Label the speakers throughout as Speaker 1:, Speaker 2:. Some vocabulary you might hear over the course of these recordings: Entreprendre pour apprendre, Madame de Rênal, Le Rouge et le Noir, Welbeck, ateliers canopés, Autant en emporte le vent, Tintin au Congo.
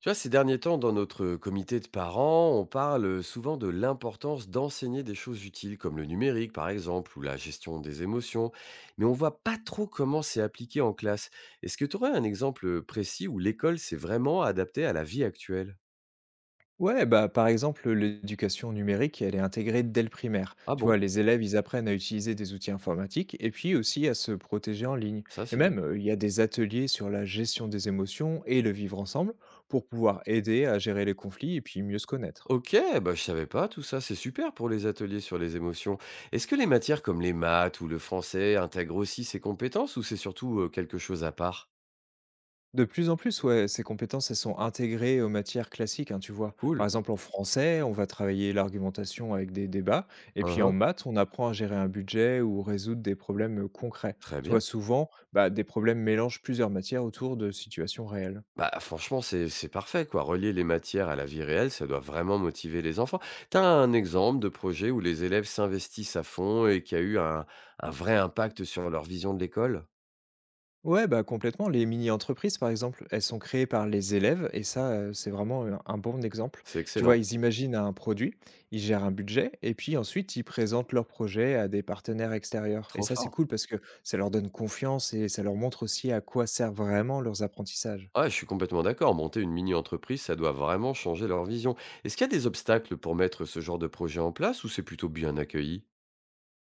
Speaker 1: Tu vois, ces derniers temps, dans notre comité de parents, on parle souvent de l'importance d'enseigner des choses utiles, comme le numérique par exemple, ou la gestion des émotions, mais on voit pas trop comment c'est appliqué en classe. Est-ce que tu aurais un exemple précis où l'école s'est vraiment adaptée à la vie actuelle?
Speaker 2: Ouais, bah, par exemple, l'éducation numérique, elle est intégrée dès le primaire.
Speaker 1: Ah
Speaker 2: Tu
Speaker 1: bon.
Speaker 2: vois, les élèves, ils apprennent à utiliser des outils informatiques et puis aussi à se protéger en ligne.
Speaker 1: Ça
Speaker 2: Et
Speaker 1: c'est bien.
Speaker 2: même, il y a des ateliers sur la gestion des émotions et le vivre ensemble pour pouvoir aider à gérer les conflits et puis mieux se connaître.
Speaker 1: Ok, bah je savais pas tout ça, c'est super pour les ateliers sur les émotions. Est-ce que les matières comme les maths ou le français intègrent aussi ces compétences ou c'est surtout quelque chose à part?
Speaker 2: De plus en plus, ouais, ces compétences, elles sont intégrées aux matières classiques, hein, tu vois.
Speaker 1: Cool.
Speaker 2: Par exemple, en français, on va travailler l'argumentation avec des débats, et puis en
Speaker 1: Uhum.
Speaker 2: maths, on apprend à gérer un budget ou résoudre des problèmes concrets.
Speaker 1: Très
Speaker 2: Tu
Speaker 1: bien.
Speaker 2: vois, souvent, bah, des problèmes mélangent plusieurs matières autour de situations réelles.
Speaker 1: Bah, franchement, c'est parfait, quoi. Relier les matières à la vie réelle, ça doit vraiment motiver les enfants. T'as un exemple de projet où les élèves s'investissent à fond et qui a eu un vrai impact sur leur vision de l'école?
Speaker 2: Ouais, bah, complètement. Les mini-entreprises, par exemple, elles sont créées par les élèves et ça, c'est vraiment un bon exemple.
Speaker 1: C'est
Speaker 2: Tu vois,
Speaker 1: excellent.
Speaker 2: ils imaginent un produit, ils gèrent un budget et puis ensuite ils présentent leur projet à des partenaires extérieurs et
Speaker 1: Trop
Speaker 2: ça, c'est
Speaker 1: fort.
Speaker 2: cool parce que ça leur donne confiance et ça leur montre aussi à quoi servent vraiment leurs apprentissages.
Speaker 1: Ouais, je suis complètement d'accord. Monter une mini-entreprise, ça doit vraiment changer leur vision. Est-ce qu'il y a des obstacles pour mettre ce genre de projet en place ou c'est plutôt bien accueilli?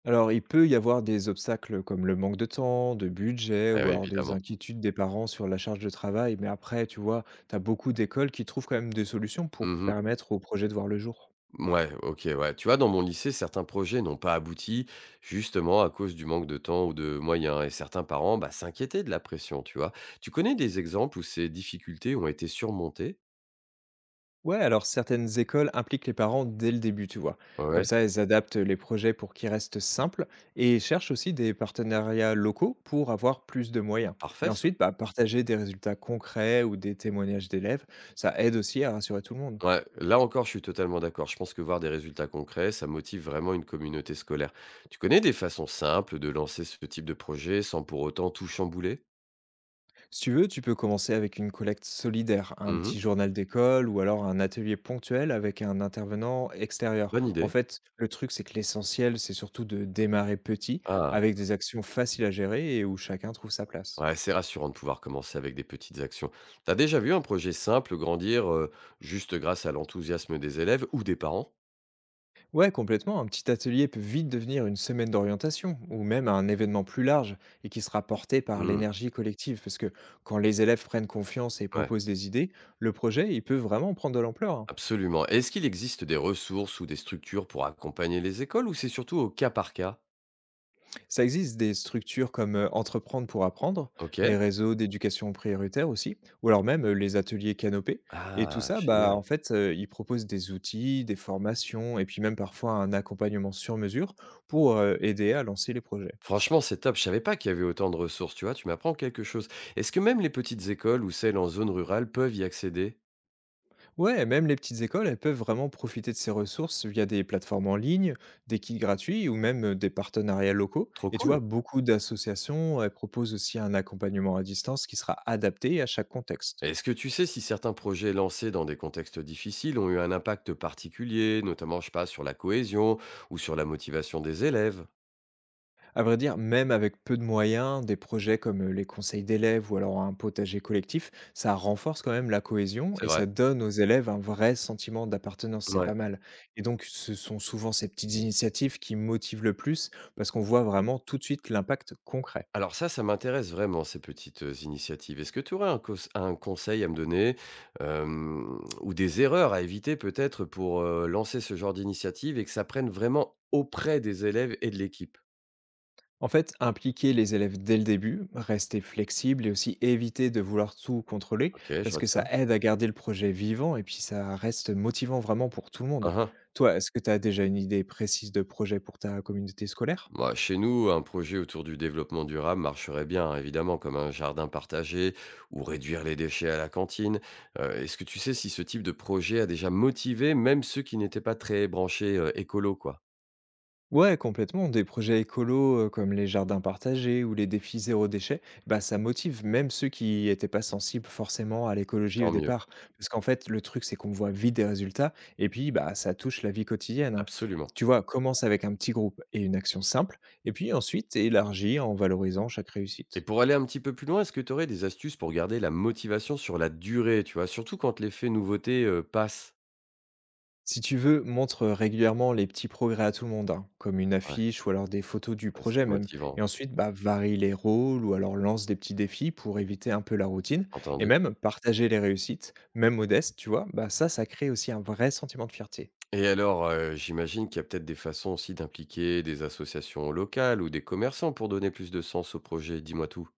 Speaker 2: Alors, il peut y avoir des obstacles comme le manque de temps, de budget
Speaker 1: Ah
Speaker 2: ou
Speaker 1: oui,
Speaker 2: alors des
Speaker 1: évidemment.
Speaker 2: inquiétudes des parents sur la charge de travail, mais après, tu vois, tu as beaucoup d'écoles qui trouvent quand même des solutions pour
Speaker 1: Mhm.
Speaker 2: permettre au projet de voir le jour.
Speaker 1: Ouais, OK, ouais. Tu vois, dans mon lycée, certains projets n'ont pas abouti, justement à cause du manque de temps ou de moyens. Et certains parents, bah, s'inquiétaient de la pression, tu vois? Tu connais des exemples où ces difficultés ont été surmontées?
Speaker 2: Ouais, alors certaines écoles impliquent les parents dès le début, tu vois. Comme
Speaker 1: Ouais,
Speaker 2: ça, elles adaptent les projets pour qu'ils restent simples et cherchent aussi des partenariats locaux pour avoir plus de moyens. Et
Speaker 1: parfait ça.
Speaker 2: ensuite, bah, partager des résultats concrets ou des témoignages d'élèves, ça aide aussi à rassurer tout le monde.
Speaker 1: Ouais, là encore, je suis totalement d'accord. Je pense que voir des résultats concrets, ça motive vraiment une communauté scolaire. Tu connais des façons simples de lancer ce type de projet sans pour autant tout chambouler?
Speaker 2: Si tu veux, tu peux commencer avec une collecte solidaire, un
Speaker 1: Mmh.
Speaker 2: petit journal d'école ou alors un atelier ponctuel avec un intervenant extérieur.
Speaker 1: Bonne
Speaker 2: En
Speaker 1: idée.
Speaker 2: fait, le truc, c'est que l'essentiel, c'est surtout de démarrer petit
Speaker 1: Ah.
Speaker 2: avec des actions faciles à gérer et où chacun trouve sa place.
Speaker 1: Ouais, c'est rassurant de pouvoir commencer avec des petites actions. T'as déjà vu un projet simple grandir juste grâce à l'enthousiasme des élèves ou des parents?
Speaker 2: Ouais, complètement. Un petit atelier peut vite devenir une semaine d'orientation ou même un événement plus large et qui sera porté par
Speaker 1: Hmm,
Speaker 2: l'énergie collective. Parce que quand les élèves prennent confiance et
Speaker 1: ouais,
Speaker 2: proposent des idées, le projet, il peut vraiment prendre de l'ampleur, hein.
Speaker 1: absolument. Est-ce qu'il existe des ressources ou des structures pour accompagner les écoles ou c'est surtout au cas par cas?
Speaker 2: Ça existe des structures comme Entreprendre pour apprendre,
Speaker 1: Ok.
Speaker 2: les réseaux d'éducation prioritaire aussi, ou alors même les ateliers canopés. Et tout
Speaker 1: Ah,
Speaker 2: ça, bah,
Speaker 1: génial.
Speaker 2: en fait, ils proposent des outils, des formations et puis même parfois un accompagnement sur mesure pour aider à lancer les projets.
Speaker 1: Franchement, c'est top. Je savais pas qu'il y avait autant de ressources, tu vois, tu m'apprends quelque chose. Est-ce que même les petites écoles ou celles en zone rurale peuvent y accéder?
Speaker 2: Ouais, même les petites écoles, elles peuvent vraiment profiter de ces ressources via des plateformes en ligne, des kits gratuits ou même des partenariats locaux.
Speaker 1: Trop
Speaker 2: Et tu vois,
Speaker 1: cool.
Speaker 2: beaucoup d'associations, elles proposent aussi un accompagnement à distance qui sera adapté à chaque contexte.
Speaker 1: Est-ce que tu sais si certains projets lancés dans des contextes difficiles ont eu un impact particulier, notamment, je sais pas, sur la cohésion ou sur la motivation des élèves?
Speaker 2: À vrai dire, même avec peu de moyens, des projets comme les conseils d'élèves ou alors un potager collectif, ça renforce quand même la cohésion
Speaker 1: C'est
Speaker 2: et
Speaker 1: vrai.
Speaker 2: ça donne aux élèves un vrai sentiment d'appartenance, c'est
Speaker 1: Ouais.
Speaker 2: pas mal. Et donc, ce sont souvent ces petites initiatives qui motivent le plus parce qu'on voit vraiment tout de suite l'impact concret.
Speaker 1: Alors ça m'intéresse vraiment, ces petites initiatives. Est-ce que tu aurais un, un conseil à me donner euh, ou des erreurs à éviter peut-être pour lancer ce genre d'initiative et que ça prenne vraiment auprès des élèves et de l'équipe?
Speaker 2: En fait, impliquer les élèves dès le début, rester flexible et aussi éviter de vouloir tout contrôler,
Speaker 1: Ok, je
Speaker 2: parce que ça
Speaker 1: retiens.
Speaker 2: aide à garder le projet vivant et puis ça reste motivant vraiment pour tout le monde. Toi, est-ce que tu as déjà une idée précise de projet pour ta communauté scolaire?
Speaker 1: Moi, chez nous, un projet autour du développement durable marcherait bien, hein, évidemment, comme un jardin partagé ou réduire les déchets à la cantine. Est-ce que tu sais si ce type de projet a déjà motivé même ceux qui n'étaient pas très branchés écolo, quoi?
Speaker 2: Ouais, complètement. Des projets écolos comme les jardins partagés ou les défis zéro déchet, bah, ça motive même ceux qui n'étaient pas sensibles forcément à l'écologie au
Speaker 1: Tant mieux,
Speaker 2: départ. Parce qu'en fait, le truc, c'est qu'on voit vite des résultats et puis bah, ça touche la vie quotidienne, hein.
Speaker 1: absolument.
Speaker 2: Tu vois, commence avec un petit groupe et une action simple, et puis ensuite élargis en valorisant chaque
Speaker 1: Et
Speaker 2: réussite.
Speaker 1: pour aller un petit peu plus loin, est-ce que tu aurais des astuces pour garder la motivation sur la durée, tu vois, surtout quand l'effet nouveauté passe?
Speaker 2: Si tu veux, montre régulièrement les petits progrès à tout le monde, hein, comme une
Speaker 1: Ouais,
Speaker 2: affiche ou alors des photos du
Speaker 1: ouais, c'est
Speaker 2: projet même.
Speaker 1: motivant,
Speaker 2: Et ensuite, bah, varie les rôles ou alors lance des petits défis pour éviter un peu la routine. Et
Speaker 1: entendu.
Speaker 2: même partager les réussites, même modestes, tu vois, bah, ça crée aussi un vrai sentiment de fierté.
Speaker 1: Et alors, j'imagine qu'il y a peut-être des façons aussi d'impliquer des associations locales ou des commerçants pour donner plus de sens au projet? Dis-moi tout.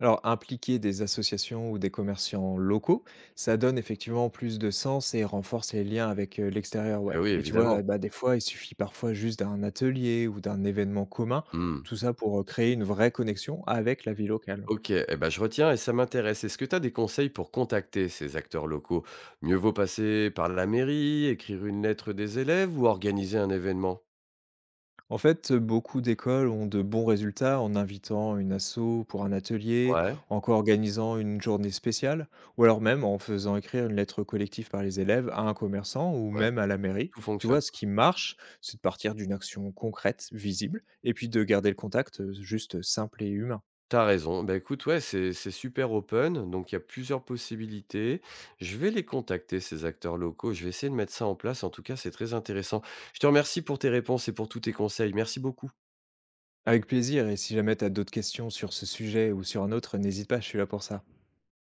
Speaker 2: Alors, impliquer des associations ou des commerciants locaux, ça donne effectivement plus de sens et renforce les liens avec l'extérieur,
Speaker 1: Eh
Speaker 2: ouais.
Speaker 1: oui,
Speaker 2: Et tu vois,
Speaker 1: évidemment.
Speaker 2: bah, des fois, il suffit parfois juste d'un atelier ou d'un événement commun,
Speaker 1: Mmh.
Speaker 2: tout ça pour créer une vraie connexion avec la vie locale.
Speaker 1: OK et ben, je retiens et ça m'intéresse. Est-ce que tu as des conseils pour contacter ces acteurs locaux? Mieux vaut passer par la mairie, écrire une lettre des élèves ou organiser un événement?
Speaker 2: En fait, beaucoup d'écoles ont de bons résultats en invitant une asso pour un atelier,
Speaker 1: Ouais,
Speaker 2: en co-organisant une journée spéciale ou alors même en faisant écrire une lettre collective par les élèves à un commerçant ou
Speaker 1: ouais,
Speaker 2: même à la mairie.
Speaker 1: tout
Speaker 2: Tu
Speaker 1: fonctionne.
Speaker 2: vois, ce qui marche, c'est de partir d'une action concrète, visible et puis de garder le contact, juste simple et humain.
Speaker 1: T'as raison. Bah, écoute, ouais, c'est super open, donc il y a plusieurs possibilités. Je vais les contacter, ces acteurs locaux. Je vais essayer de mettre ça en place. En tout cas, c'est très intéressant. Je te remercie pour tes réponses et pour tous tes conseils. Merci beaucoup.
Speaker 2: Avec plaisir, et si jamais tu as d'autres questions sur ce sujet ou sur un autre, n'hésite pas, je suis là pour ça.